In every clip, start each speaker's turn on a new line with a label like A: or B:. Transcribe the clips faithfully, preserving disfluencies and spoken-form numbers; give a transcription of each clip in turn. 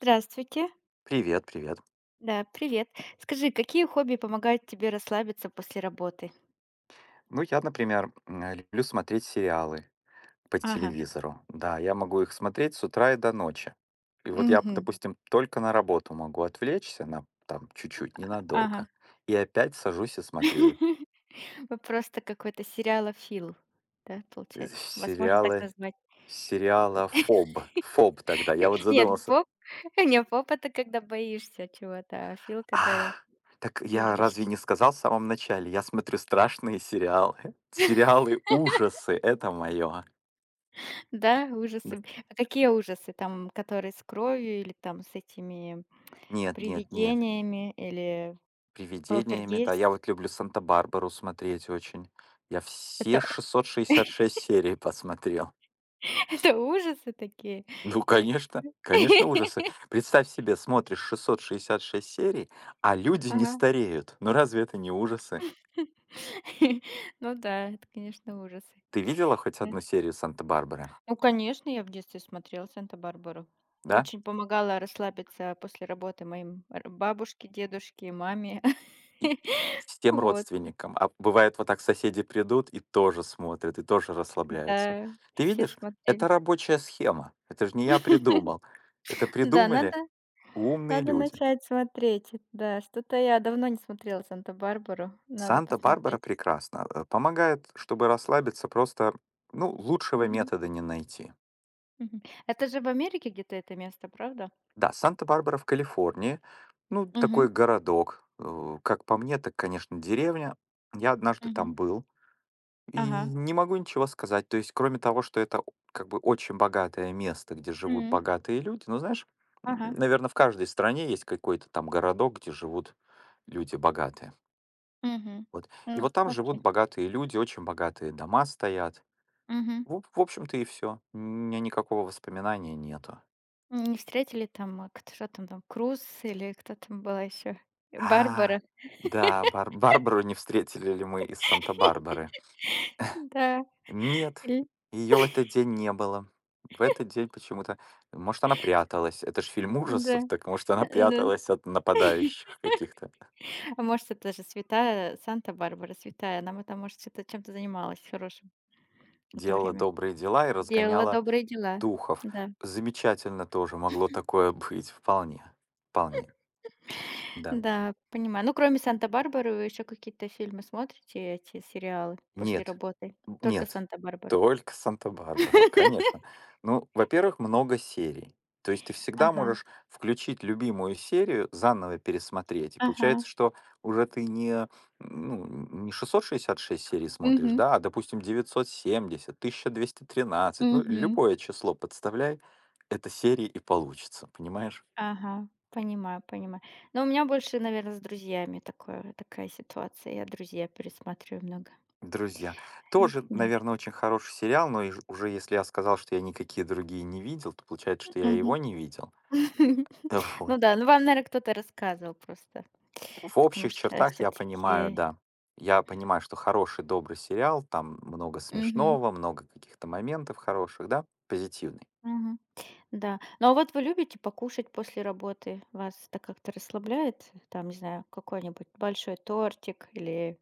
A: Здравствуйте.
B: Привет, привет.
A: Да, привет. Скажи, какие хобби помогают тебе расслабиться после работы?
B: Ну, я, например, м, э, люблю смотреть сериалы по
A: Ага.
B: телевизору. Да, я могу их смотреть с утра и до ночи. И вот я,
A: Мгм.
B: допустим, только на работу могу отвлечься на там чуть-чуть,
A: Ага.
B: ненадолго. И опять сажусь и смотрю
A: Вопрос-то какой-то сериалофил, да,
B: э,
A: получается? Вас можно так
B: сериалы,
A: назвать?
B: сериала ФОБ. ФОБ тогда, я вот
A: Нет,
B: задумался.
A: поп не, поп- это когда боишься чего-то, а фил-
B: А,
A: когда
B: так я
A: любишь.
B: разве не сказал в самом начале? Я смотрю страшные сериалы. Сериалы ужасы, это мое.
A: Да, ужасы. А какие ужасы? Там, которые с кровью или там с этими
B: Нет, нет, нет.
A: привидениями или
B: Привидениями, да.
A: полтергейст?
B: Я вот люблю «Санта-Барбару» смотреть очень. Я все
A: Это
B: шестьсот шестьдесят шесть серий посмотрел.
A: это ужасы такие?
B: Ну,
A: Или
B: конечно, конечно, ужасы. Представь себе, смотришь шестьсот шестьдесят шесть серий, а люди не
A: ага.
B: стареют. Ну, разве это не ужасы?
A: Ну да, это, конечно, ужасы.
B: Ты видела хоть
A: Да.
B: одну серию «Санта-Барбары»,
A: Ну, конечно, я в детстве смотрела "Санта-Барбару".
B: да?
A: Очень помогала расслабиться после работы моим р бабушке, дедушке и маме.
B: И с тем
A: Вот,
B: родственником. А бывает, вот так соседи придут и тоже смотрят, и тоже расслабляются.
A: да,
B: Ты
A: все
B: видишь,
A: смотрели.
B: это рабочая схема. Это ж не я придумал. Это
A: Да, надо
B: придумали умные
A: надо
B: люди.
A: начать смотреть. Да, что-то я давно не смотрела "Санта-Барбару". Надо
B: Санта-Барбара
A: посмотреть.
B: прекрасно э, Помогает, чтобы расслабиться, просто, ну, лучшего
A: Мгм,
B: метода не найти.
A: мгм. Это же в Америке где-то это место, правда?
B: Да, Санта-Барбара в Калифорнии, ну,
A: Мгм,
B: такой городок. э, Как по мне, так, конечно, деревня. Я однажды там был и
A: ага.
B: не могу ничего сказать. То есть, кроме того, что это о- как бы очень богатое место, где живут
A: М.
B: богатые люди, ну, знаешь,
A: Ага.
B: наверное, в каждой стране есть какой-то там городок, где живут люди богатые.
A: Мгм.
B: Вот. И
A: Ну,
B: вот там
A: окей.
B: живут богатые люди, очень богатые дома стоят.
A: Мгм.
B: В в общем-то, и все. У меня никакого воспоминания нету.
A: Не встретили там, э, кто что там там, Круз или кто там была еще?
B: А,
A: Барбара?
B: да, Бар Барбару не встретили ли мы из Санта-Барбары?
A: Да.
B: Нет,
A: Или
B: ее в этот день не было. В этот день почему-то может, она пряталась. Это ж фильм
A: да,
B: ужасов, так может, она
A: да.
B: пряталась от нападающих каких-то.
A: А может, это же святая э, Санта-Барбара, святая. Она ма там, может, что-то чем-то занималась хорошим в это
B: Делала
A: время.
B: добрые дела и
A: Делала
B: разгоняла
A: добрые дела.
B: духов.
A: Да.
B: Замечательно тоже, могло такое быть. Вполне, вполне, да.
A: Да, понимаю. Ну, кроме Санта-Барбары, вы еще какие-то фильмы смотрите, эти сериалы после
B: Нет,
A: работы? Только
B: нет,
A: Санта-Барбару?
B: только Санта-Барбару, конечно. Ну, во-первых, много серий. То есть ты всегда
A: Ага,
B: можешь включить любимую серию, заново пересмотреть. И
A: ага.
B: получается, что уже ты не, ну, не шестьсот шестьдесят шесть серий смотришь,
A: Угу,
B: да, а, допустим, девятьсот семьдесят, тысяча двести тринадцать. Ну,
A: угу.
B: любое число подставляй, это серии и получится, понимаешь?
A: Ага, понимаю, понимаю. Но у меня больше, наверное, с друзьями такое такая ситуация. Я друзья пересматриваю много.
B: Друзья.
A: И
B: Тоже,
A: да.
B: наверное, очень хороший сериал, но и ж- уже если я сказал, что я никакие другие не видел, то получается, что я
A: Мгм.
B: его не видел. Да Вот.
A: Ну да, ну вам, наверное, кто-то рассказывал просто,
B: В
A: потому
B: общих
A: что
B: чертах я понимаю,
A: все-таки
B: да. Я понимаю, что хороший, добрый сериал, там много смешного, много каких-то моментов хороших, да, позитивный.
A: да. Ну, а вот вы любите покушать после работы? Вас это как-то расслабляет? Там, не знаю, какой-нибудь большой тортик или,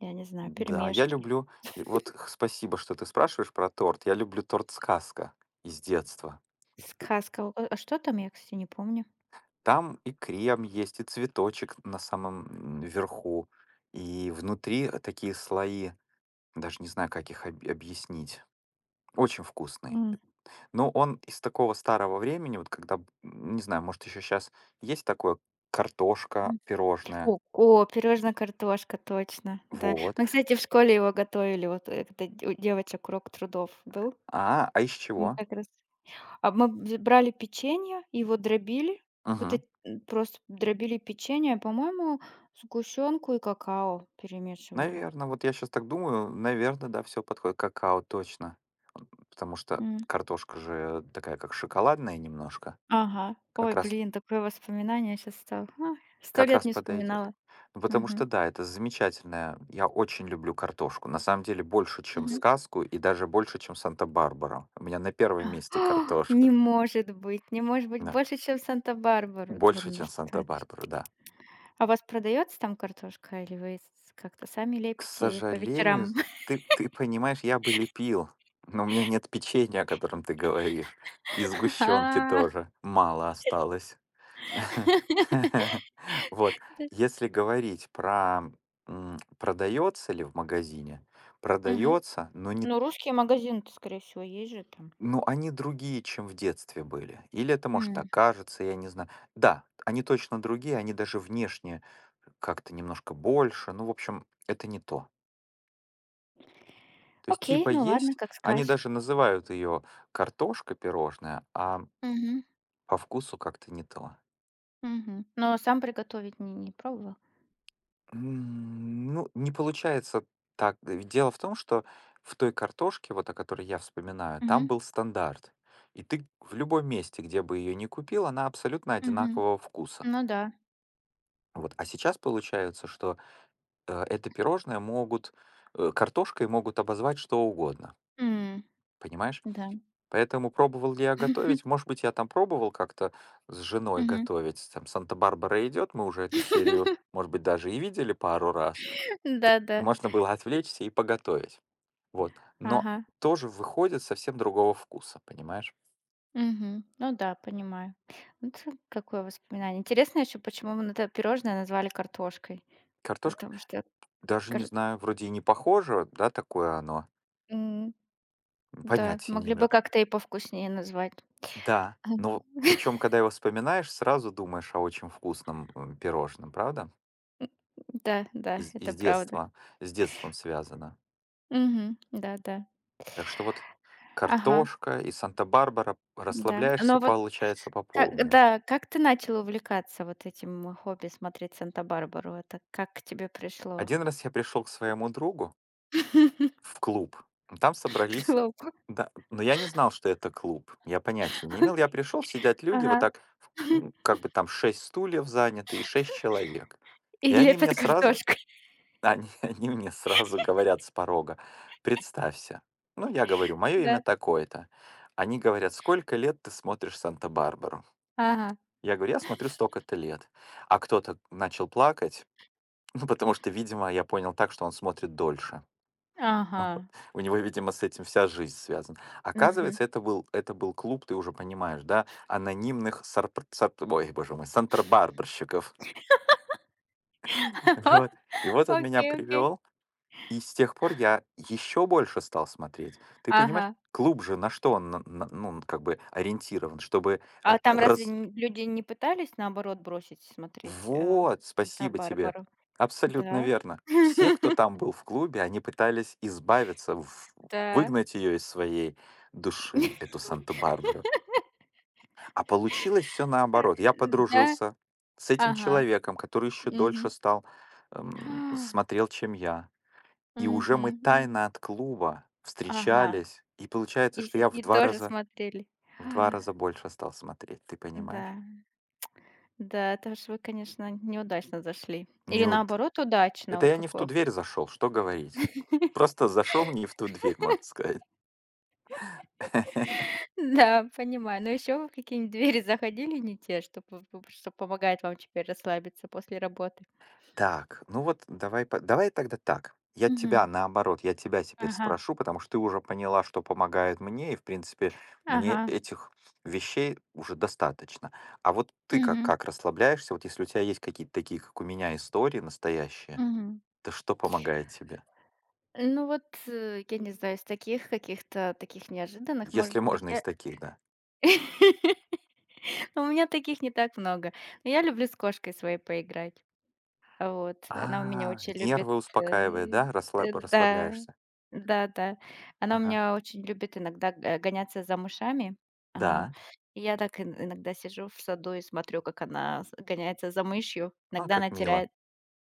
A: я не знаю,
B: Да, я
A: пельмешки,
B: люблю, и вот х- спасибо, что ты спрашиваешь про торт. Я люблю торт «Сказка» из детства. Э,
A: сказка. А а что там, я, кстати, не помню.
B: Там и крем есть, и цветочек на самом м, верху, и внутри такие слои, даже не знаю, как их об- объяснить. Очень вкусный. Ну, он из такого старого времени, вот когда, б- не знаю, может, еще сейчас есть такое картошка, пирожное.
A: О, о, пирожное картошка, точно, да.
B: Вот.
A: Мы, кстати, в школе его готовили, вот, э, когда д- у девочек урок трудов был.
B: А, а из
A: Мы
B: чего?
A: как раз, а мы б брали печенье, его дробили, вот
B: Угу.
A: эт м, просто дробили печенье, а, по-моему, сгущенку и какао перемешивали.
B: Наверное, вот я сейчас так думаю, наверное, да, все подходит. Какао точно. Потому что
A: М.
B: картошка же такая, как шоколадная немножко.
A: Ага.
B: Как
A: Ой,
B: раз,
A: блин, такое воспоминание сейчас стало. Ах, сто
B: как
A: лет
B: раз
A: не
B: подойдет.
A: вспоминала.
B: Ну, потому
A: Мгм.
B: что, да, это замечательная. Я очень люблю картошку. На самом деле, больше, чем
A: Мгм.
B: сказку, и даже больше, чем Санта-Барбара. У меня на
A: А,
B: первом месте
A: не
B: картошка.
A: может быть, не может быть,
B: Да.
A: больше, чем Санта-Барбару. Да
B: Больше,
A: ну
B: чем
A: что.
B: Санта-Барбару, да.
A: А у вас продается там картошка или вы с как-то сами
B: К
A: лепите по
B: сожалению,
A: вечерам?
B: ты, ты понимаешь, я бы лепил, но у меня нет печенья, о котором ты говоришь. И сгущенки
A: А,
B: тоже мало осталось. Вот, если говорить про м, продается ли в магазине,
A: мгм.
B: продается, но не,
A: Ну, русские магазины-то, скорее всего, есть же там.
B: ну они другие, чем в детстве были. Или это, может,
A: М.
B: так кажется, я не знаю. Да, они точно другие, они даже внешне как-то немножко больше. Ну, в общем, это не то. То есть
A: Окей,
B: типа
A: ну ладно,
B: есть,
A: как
B: они
A: скажешь.
B: даже называют ее картошка пирожная, а
A: Мгм,
B: по вкусу как-то не то.
A: мгм. Но сам приготовить не не пробовал?
B: М, Ну, не получается так. Ведь дело в том, что в той картошке, вот о которой я вспоминаю, там
A: Мгм,
B: был стандарт. И ты в любом месте, где бы ее ни купил, она абсолютно
A: мгм.
B: одинакового вкуса.
A: Ну да.
B: Вот. А сейчас получается, что э, это пирожное могут, э, картошкой могут обозвать что угодно.
A: М,
B: Понимаешь?
A: да.
B: Поэтому пробовал ли я готовить? Может быть, я там пробовал как-то с женой
A: Мгм.
B: готовить. Там Санта-Барбара идет, мы уже эту серию, может быть, даже и видели пару раз.
A: Да-да.
B: Можно было отвлечься и поготовить. Вот. Но
A: Ага.
B: тоже выходит совсем другого вкуса, понимаешь?
A: Мгм. Ну да, понимаю. Вот какое воспоминание. Интересно еще, почему мы на это пирожное назвали картошкой.
B: Картошка,
A: Потому что
B: даже не
A: кар
B: знаю, вроде и не похоже, да, такое оно.
A: м. Да,
B: Понятия не
A: могли бы
B: имею.
A: как-то и повкуснее назвать.
B: Да,
A: М,
B: но причем, когда его вспоминаешь, сразу думаешь о очень вкусном м, пирожном, правда?
A: Да, да,
B: Из,
A: это
B: из
A: правда.
B: детства, с детством связано.
A: Мгм. Да-да.
B: Так что вот
A: Ага,
B: картошка и Санта-Барбара,
A: да. Но
B: расслабляешься,
A: вот
B: получается, по
A: как
B: полной.
A: да, как ты начал увлекаться вот этим хобби смотреть "Санта-Барбару"? Это как к тебе пришло.
B: Один раз я пришел к своему другу в клуб, там собрались
A: Пришло.
B: да, но я не знал, что это клуб. Я понятия не имел. Я пришел, сидят люди, вот
A: Ага.
B: так, м, как бы там шесть стульев заняты и шесть человек.
A: И
B: И они мне
A: лепят
B: сразу,
A: картошкой.
B: они, они мне сразу говорят с порога, представься. Ну, я говорю, мое
A: Да.
B: имя такое-то. Они говорят, сколько лет ты смотришь Санта-Барбару?
A: Ага.
B: Я говорю: «Я смотрю столько-то лет». А кто-то начал плакать, ну, потому что, видимо, я понял так, что он смотрит дольше.
A: Ага.
B: У него, видимо, с этим вся жизнь связана.
A: Мгм.
B: Оказывается, это был это был клуб, ты уже понимаешь, да, анонимных сарпр сарп ой, боже мой, сантрабарщиков. Вот. И вот он меня
A: Окей, окей.
B: привел. И с тех пор я еще больше стал смотреть. Ты понимаешь,
A: Ага.
B: клуб же на что он на на ну, как бы ориентирован? Чтобы
A: А
B: р
A: там разве
B: раз
A: н люди не пытались, наоборот, бросить смотреть, а,
B: вот, спасибо тебе.
A: "Санта-Барбару"?
B: Абсолютно
A: Да.
B: верно. Все, кто там был в клубе, они пытались избавиться, в-
A: Да.
B: выгнать ее из своей души, эту Санта-Барбару. А получилось все
A: Э,
B: наоборот. Я
A: да,
B: подружился с этим
A: ага,
B: человеком, который еще дольше
A: мгм.
B: стал, эм,
A: А,
B: смотрел, чем я. И уже мы
A: мгм.
B: тайно от клуба
A: Ага,
B: встречались. И получается,
A: и
B: что
A: се
B: я в
A: и
B: два
A: тоже
B: раза,
A: смотрели.
B: в два
A: А,
B: раза больше стал смотреть. Ты понимаешь?
A: да, да, это ж вы, конечно, неудачно зашли. Или
B: Нюд.
A: наоборот, удачно,
B: Это
A: вот
B: я не в ту
A: какое.
B: дверь зашел. Что говорить. Просто зашел не в ту дверь, можно сказать.
A: Да, понимаю. Но еще вы в какие-нибудь двери заходили не те, что п п что помогает вам теперь расслабиться после работы?
B: Так, ну вот давай по давай тогда так. Я
A: Мгм.
B: тебя, наоборот, я тебя теперь
A: Ага,
B: спрошу, потому что ты уже поняла, что помогает мне, и, в принципе, мне
A: ага.
B: этих вещей уже достаточно. А вот ты как
A: Мгм,
B: как расслабляешься? Вот если у тебя есть какие-то такие, как у меня, истории настоящие,
A: мгм.
B: то что помогает тебе?
A: Ну вот, э, я не знаю, из таких каких-то таких неожиданных,
B: Если
A: может быть,
B: можно
A: я.
B: из таких, да.
A: У меня таких не так много. Но я люблю с кошкой своей поиграть. А, вот. Она у меня
B: А,
A: очень любит,
B: нервы успокаивает,
A: э,
B: да?
A: э,
B: Расслаб
A: да,
B: расслабляешься.
A: да-да. Она у
B: Ага.
A: меня очень любит иногда г гоняться за мышами. А,
B: Да.
A: и я так ин иногда сижу в саду и смотрю, как она с гоняется за мышью.
B: А,
A: Иногда она
B: как мило.
A: теряет,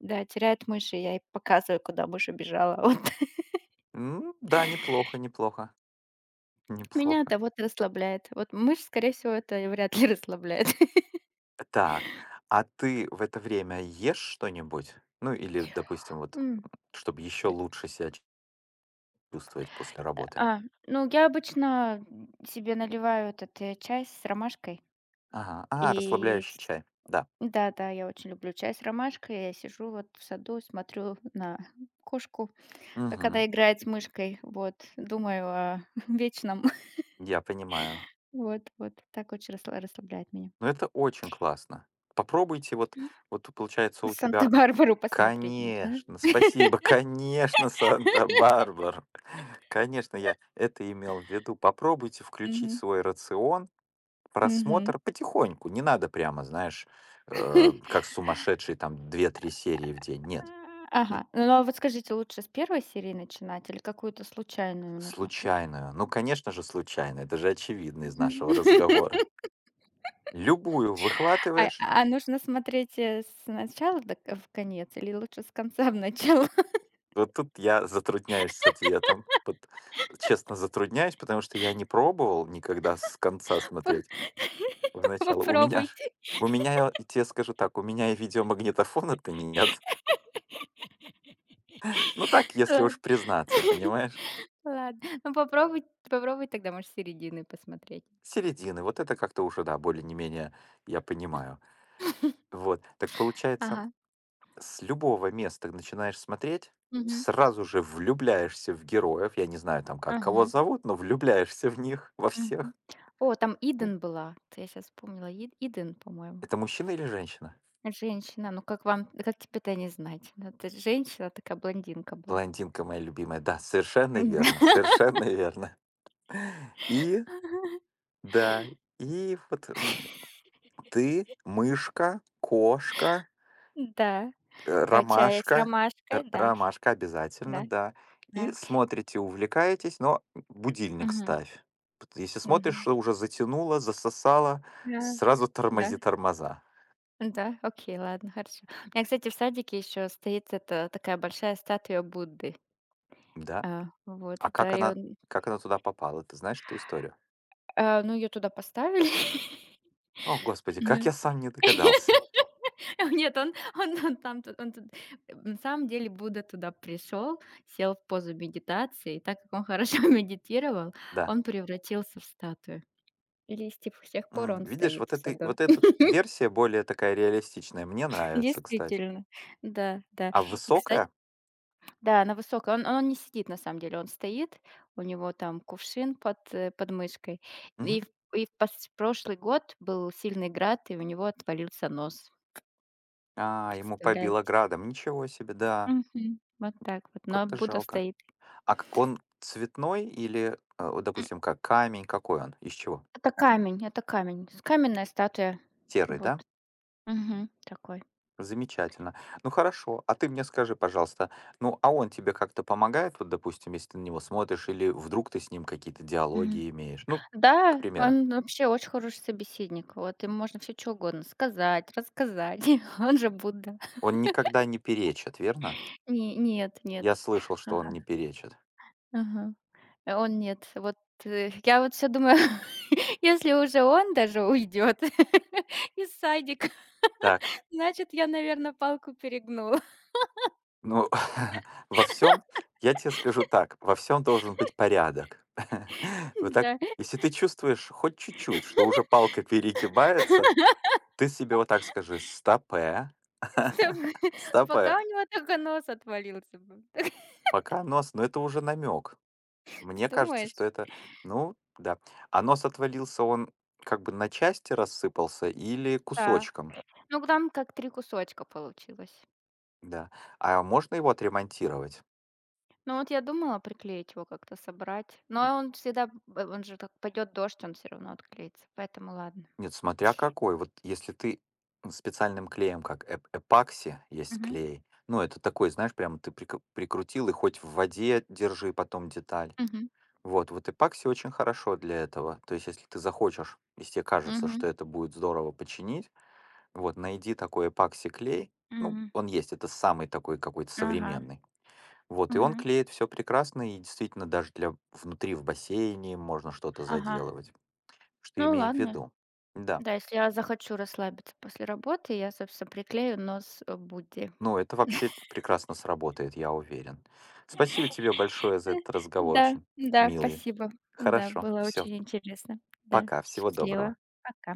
A: да, теряет мышь, и я ей показываю, куда мышь убежала. Вот.
B: М, да, неплохо, неплохо,
A: Меня
B: неплохо.
A: это вот расслабляет. Вот мышь, скорее всего, это и вряд ли расслабляет.
B: Так, а ты в это время ешь что-нибудь? Ну, или, допустим, вот,
A: М.
B: м, чтобы еще лучше себя ч- чувствовать после работы?
A: А, ну, я обычно себе наливаю этот, э, чай с ромашкой.
B: Ага, а,
A: И
B: расслабляющий
A: с
B: чай, да.
A: Да-да, я очень люблю чай с ромашкой. Я сижу вот в саду, смотрю на кошку, как она
B: Мгм.
A: играет с мышкой, вот, думаю о вечном.
B: Я понимаю.
A: Вот вот так очень расслаб расслабляет меня.
B: Ну, это очень классно. Попробуйте, вот, вот тут получается у тебя
A: Санта-Барбару посмотреть нужно.
B: конечно, спасибо, конечно, санта Барбар. Конечно, я это имел в виду. Попробуйте включить в
A: Мгм.
B: свой рацион
A: Мгм.
B: просмотр потихоньку. Не надо прямо, знаешь, э, как сумасшедший, там две-три серии в день. Нет,
A: А,
B: нет,
A: ага. Ну, а вот скажите, лучше с первой серии начинать или какую-то случайную нужно включить?
B: случайную. Ну, конечно же, случайную. Это же очевидно из
A: Мгм.
B: нашего разговора. Любую
A: А
B: выхватываешь.
A: а нужно смотреть, э, с начала до к в конец или лучше с конца в начало?
B: Вот тут я затрудняюсь с ответом. Вот честно затрудняюсь, потому что я не пробовал никогда с конца смотреть в начало. У меня ж-
A: Попробуйте.
B: у меня, я тебе скажу так, у меня и видеомагнитофона-то нет. Ну так, если
A: Ладно.
B: уж признаться, понимаешь?
A: Ладно. Ну, попробуй попробуй тогда, может, с середины посмотреть.
B: Середины. Вот это как-то уже, да, более не менее я понимаю. Вот. Так получается,
A: Ага.
B: с любого места начинаешь смотреть,
A: Мгм.
B: сразу же влюбляешься в героев. Я не знаю там как, кого
A: Ага.
B: зовут, но влюбляешься в них, во
A: Мгм.
B: всех.
A: О, там
B: Э,
A: Иден была. Вот я сейчас вспомнила. И Иден, по-моему.
B: Это мужчина или женщина?
A: Женщина. Ну, как вам как тебе то не знать? Ну, это женщина такая, блондинка была.
B: Блондинка моя любимая. Да, совершенно верно, совершенно верно. И,
A: Да.
B: да, и вот м, ты, мышка, кошка,
A: Да.
B: Э,
A: Э, чая с
B: ромашка, э,
A: ромашкой. Да,
B: ромашка обязательно,
A: да,
B: да.
A: да.
B: И смотрите, увлекаетесь, но будильник
A: Мгм.
B: ставь. Пот Если смотришь,
A: Мгм.
B: что уже затянуло, засосало,
A: Да,
B: сразу
A: да,
B: тормози тормоза.
A: да, окей, ладно, хорошо. У меня, кстати, в садике еще стоит эта такая большая статуя Будды.
B: Да.
A: А, вот,
B: А
A: да,
B: как
A: и
B: она
A: он,
B: как она туда попала? Ты знаешь эту историю?
A: а, ну, ее туда поставили.
B: О, господи, как
A: М,
B: я сам не догадался.
A: Нет, он, он, он там, тут- он тут, э, на самом деле Будда туда пришел, сел в позу медитации, и так как он хорошо медитировал,
B: Да.
A: он превратился в статую. И с тех с тех пор
B: М,
A: он
B: видишь,
A: стоит
B: вот
A: в
B: этой
A: саду.
B: вот эта версия более такая реалистичная. Мне нравится, кстати.
A: Действительно, да, да.
B: А
A: И, кстати,
B: высокая?
A: да, на высокая. Он он не сидит, на самом деле, он стоит, у него там кувшин под, э, под мышкой. И
B: Мгм.
A: в и в пос прошлый год был сильный град, и у него отвалился нос.
B: А, ему побило
A: Представляете?
B: градом. Ничего себе, да.
A: Мгм. Вот так вот. Но
B: Как-то
A: Будда
B: жалко.
A: стоит.
B: А как он цветной или, э, вот,
A: М,
B: допустим, как камень, какой он? Из чего?
A: это камень, это камень. С каменная статуя.
B: Серый, да?
A: Вот. Мгм. Такой.
B: Замечательно. Ну хорошо, а ты мне скажи, пожалуйста, ну а он тебе как-то помогает, вот, допустим, если ты на него смотришь, или вдруг ты с ним какие-то
A: Мгм.
B: диалоги имеешь? Ну, к
A: Да,
B: примеру,
A: он вообще очень хороший собеседник. Вот им можно все чё угодно сказать, рассказать. Он же Будда.
B: он никогда не перечит, верно?
A: Не нет,
B: Я
A: нет.
B: слышал,
A: А,
B: что он не перечит.
A: ага. Э, он нет. Вот, э, я вот все думаю, если уже он даже уйдет из садика,
B: Так,
A: значит, я, наверное, палку перегнула.
B: ну, во всем, я тебе скажу так, во всем должен быть порядок. Вот так,
A: Да,
B: если ты чувствуешь хоть чуть-чуть, что уже палка перегибается, ты себе вот так скажи: «Стопэ,
A: чтобы пока
B: стопэ,
A: у него только нос отвалился бы.
B: пока нос». Но это уже намек.
A: Ты
B: Мне кажется,
A: думаешь?
B: что это, ну да. А нос отвалился, он как бы на части рассыпался или
A: Да.
B: кусочком?
A: Ну, там как три кусочка получилось.
B: Да. А можно его отремонтировать?
A: Ну, вот я думала приклеить его как-то, собрать, но он всегда, б он же так пойдет дождь, он все равно отклеится, поэтому ладно.
B: Нет, смотря какой. Вот если ты специальным клеем, как эп эпакси, есть
A: Мгм.
B: клей. Ну, это такой, знаешь, прямо ты прик прикрутил и хоть в воде держи потом деталь.
A: Мгм.
B: Вот, вот эпакси очень хорошо для этого. То есть, если ты захочешь, если тебе кажется,
A: Мгм.
B: что это будет здорово починить, вот, найди такой эпакси клей. Ну,
A: Мгм.
B: он есть, это самый такой какой-то
A: Ага.
B: современный. Вот, и он
A: Мгм.
B: клеит все прекрасно, и действительно даже для внутри в бассейне можно что-то
A: Ага.
B: заделывать. Что
A: Ну
B: имею в
A: ладно.
B: виду? Да.
A: Да, если я захочу расслабиться после работы, я, собственно, приклею нос э, Будде.
B: Ну, это вообще прекрасно сработает, я уверен. Спасибо тебе большое за этот разговор,
A: Да,
B: очень
A: да,
B: милый.
A: спасибо. Да,
B: Хорошо,
A: было
B: все.
A: очень интересно. Да,
B: Пока, всего
A: счастливо.
B: доброго.
A: Пока.